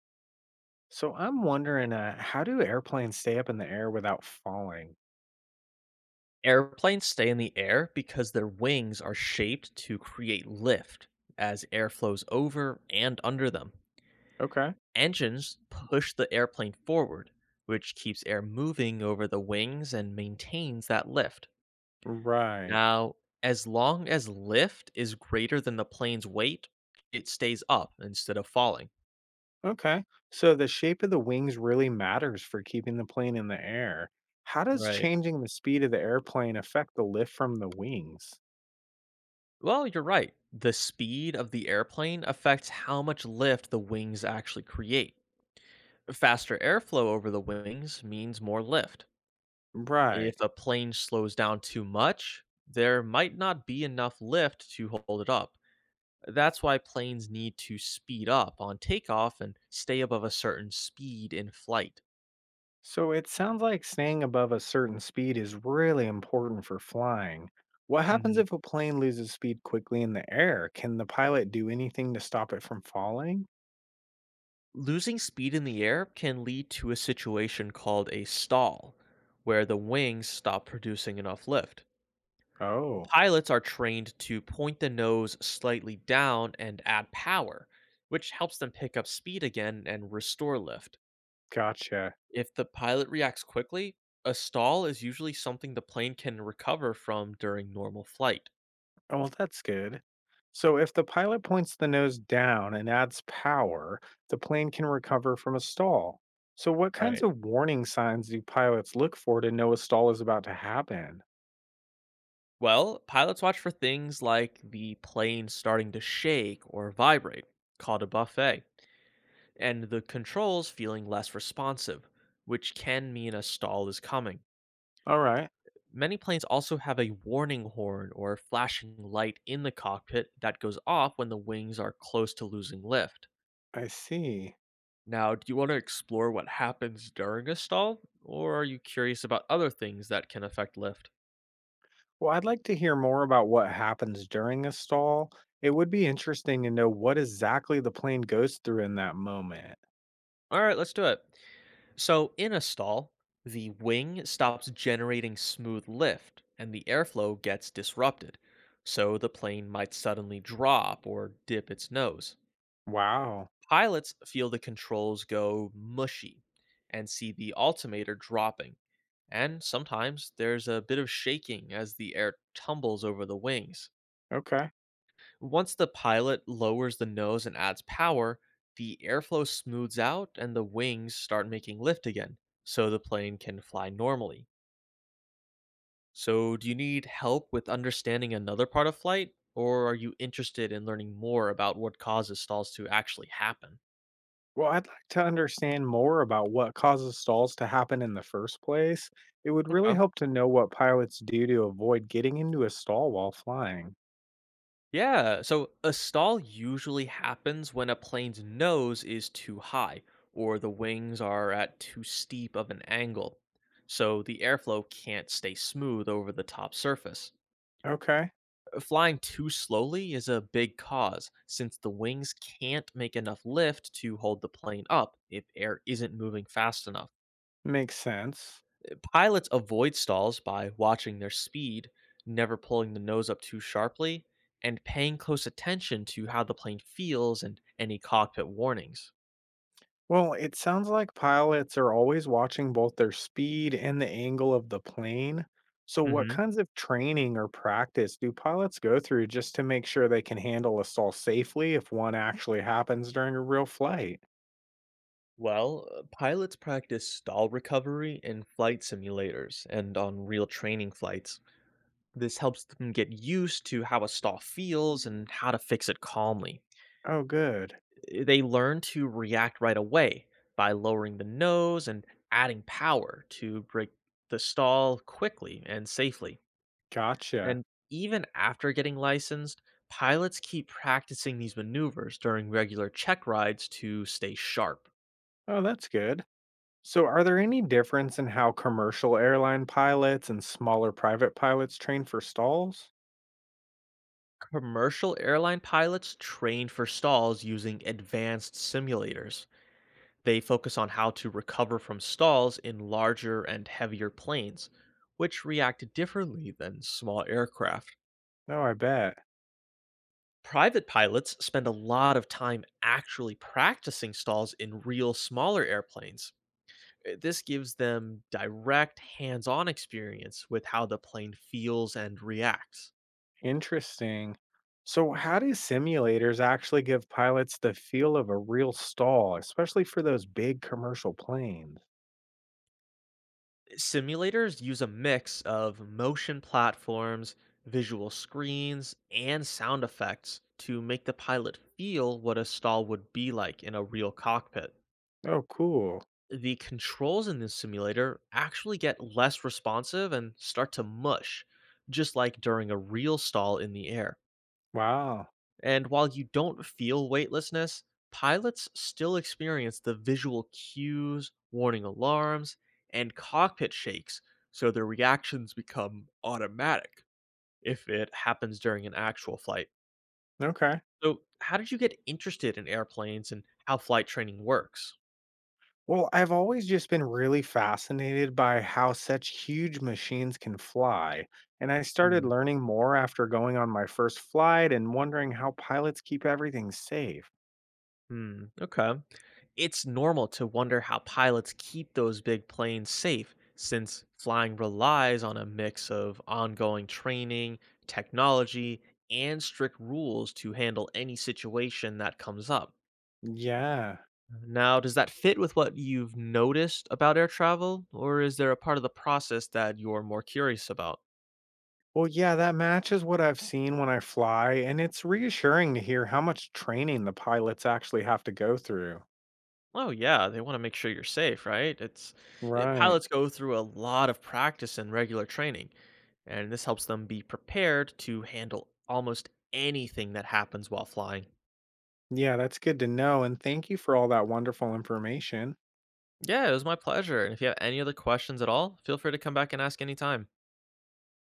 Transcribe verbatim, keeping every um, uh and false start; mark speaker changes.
Speaker 1: So I'm wondering, uh, how do airplanes stay up in the air without falling?
Speaker 2: Airplanes stay in the air because their wings are shaped to create lift as air flows over and under them.
Speaker 1: Okay.
Speaker 2: Engines push the airplane forward, which keeps air moving over the wings and maintains that lift.
Speaker 1: Right.
Speaker 2: Now, as long as lift is greater than the plane's weight, it stays up instead of falling.
Speaker 1: Okay. So the shape of the wings really matters for keeping the plane in the air. How does
Speaker 2: Right.
Speaker 1: changing the speed of the airplane affect the lift from the wings?
Speaker 2: Well, you're right. The speed of the airplane affects how much lift the wings actually create. Faster airflow over the wings means more lift.
Speaker 1: Right.
Speaker 2: If a plane slows down too much, there might not be enough lift to hold it up. That's why planes need to speed up on takeoff and stay above a certain speed in flight.
Speaker 1: So it sounds like staying above a certain speed is really important for flying. What happens
Speaker 2: hmm
Speaker 1: if a plane loses speed quickly in the air? Can the pilot do anything to stop it from falling?
Speaker 2: Losing speed in the air can lead to a situation called a stall, where the wings stop producing enough lift.
Speaker 1: Oh,
Speaker 2: Pilots are trained to point the nose slightly down and add power, which helps them pick up speed again and restore lift.
Speaker 1: gotcha.
Speaker 2: If the pilot reacts quickly, a stall is usually something the plane can recover from during normal flight.
Speaker 1: Oh, well, that's good. So, if the pilot points the nose down and adds power, the plane can recover from a stall. So, what kinds
Speaker 2: Right.
Speaker 1: of warning signs do pilots look for to know a stall is about to happen?
Speaker 2: Well, pilots watch for things like the plane starting to shake or vibrate, called a buffet, and the controls feeling less responsive, which can mean a stall is coming.
Speaker 1: All right.
Speaker 2: Many planes also have a warning horn or flashing light in the cockpit that goes off when the wings are close to losing lift.
Speaker 1: I see.
Speaker 2: Now, do you want to explore what happens during a stall, or are you curious about other things that can affect lift?
Speaker 1: Well, I'd like to hear more about what happens during a stall. It would be interesting to know what exactly the plane goes through in that moment.
Speaker 2: All right, let's do it. So, in a stall, the wing stops generating smooth lift and the airflow gets disrupted. So, the plane might suddenly drop or dip its nose.
Speaker 1: Wow.
Speaker 2: Pilots feel the controls go mushy and see the altimeter dropping. And sometimes there's a bit of shaking as the air tumbles over the wings.
Speaker 1: Okay.
Speaker 2: Once the pilot lowers the nose and adds power, the airflow smooths out and the wings start making lift again, so the plane can fly normally. So, do you need help with understanding another part of flight, or are you interested in learning more about what causes stalls to actually happen?
Speaker 1: Well, I'd like to understand more about what causes stalls to happen in the first place. It would really
Speaker 2: Okay.
Speaker 1: help to know what pilots do to avoid getting into a stall while flying.
Speaker 2: Yeah, so a stall usually happens when a plane's nose is too high or the wings are at too steep of an angle. So the airflow can't stay smooth over the top surface.
Speaker 1: Okay,
Speaker 2: Uh, Flying too slowly is a big cause since the wings can't make enough lift to hold the plane up if air isn't moving fast enough.
Speaker 1: makes sense.
Speaker 2: Pilots avoid stalls by watching their speed, never pulling the nose up too sharply, and paying close attention to how the plane feels and any cockpit warnings.
Speaker 1: Well, it sounds like pilots are always watching both their speed and the angle of the plane. So, what
Speaker 2: hmm
Speaker 1: kinds of training or practice do pilots go through just to make sure they can handle a stall safely if one actually happens during a real flight?
Speaker 2: Well, uh, pilots practice stall recovery in flight simulators and on real training flights. This helps them get used to how a stall feels and how to fix it calmly.
Speaker 1: Oh, good.
Speaker 2: Eh, they learn to react right away by lowering the nose and adding power to break the stall quickly and safely.
Speaker 1: Gotcha.
Speaker 2: And even after getting licensed, pilots keep practicing these maneuvers during regular check rides to stay sharp.
Speaker 1: Oh, that's good. So, are there any difference in how commercial airline pilots and smaller private pilots train for stalls?
Speaker 2: Commercial airline pilots train for stalls using advanced simulators. They focus on how to recover from stalls in larger and heavier planes, which react differently than small aircraft.
Speaker 1: No, I bet.
Speaker 2: Private pilots spend a lot of time actually practicing stalls in real smaller airplanes. Uh, This gives them direct hands on experience with how the plane feels and reacts.
Speaker 1: Interesting. So, how do simulators actually give pilots the feel of a real stall, especially for those big commercial planes?
Speaker 2: Simulators use a mix of motion platforms, visual screens, and sound effects to make the pilot feel what a stall would be like in a real cockpit.
Speaker 1: Oh, cool.
Speaker 2: The controls in this simulator actually get less responsive and start to mush, just like during a real stall in the air.
Speaker 1: Wow.
Speaker 2: And while you don't feel weightlessness, pilots still experience the visual cues, warning alarms, and cockpit shakes, so their reactions become automatic if it happens during an actual flight.
Speaker 1: Okay.
Speaker 2: So, how did you get interested in airplanes and how flight training works?
Speaker 1: Well, I've always just been really fascinated by how such huge machines can fly. And I started learning more after going on my first flight and wondering how pilots keep everything safe.
Speaker 2: Hmm, okay. It's normal to wonder how pilots keep those big planes safe, since flying relies on a mix of ongoing training, technology, and strict rules to handle any situation that comes up.
Speaker 1: Yeah.
Speaker 2: Now, does that fit with what you've noticed about air travel, or is there a part of the process that you're more curious about?
Speaker 1: Well, yeah, that matches what I've seen when I fly, and it's reassuring to hear how much training the pilots actually have to go through.
Speaker 2: Oh yeah, they wanna make sure you're safe, right? It's eh,
Speaker 1: Right.
Speaker 2: pilots go through a lot of practice and regular training, and this helps them be prepared to handle almost anything that happens while flying.
Speaker 1: Yeah, that's good to know. And thank you for all that wonderful information.
Speaker 2: Yeah, it was my pleasure, and if you have any other questions at all, feel free to come back and ask anytime.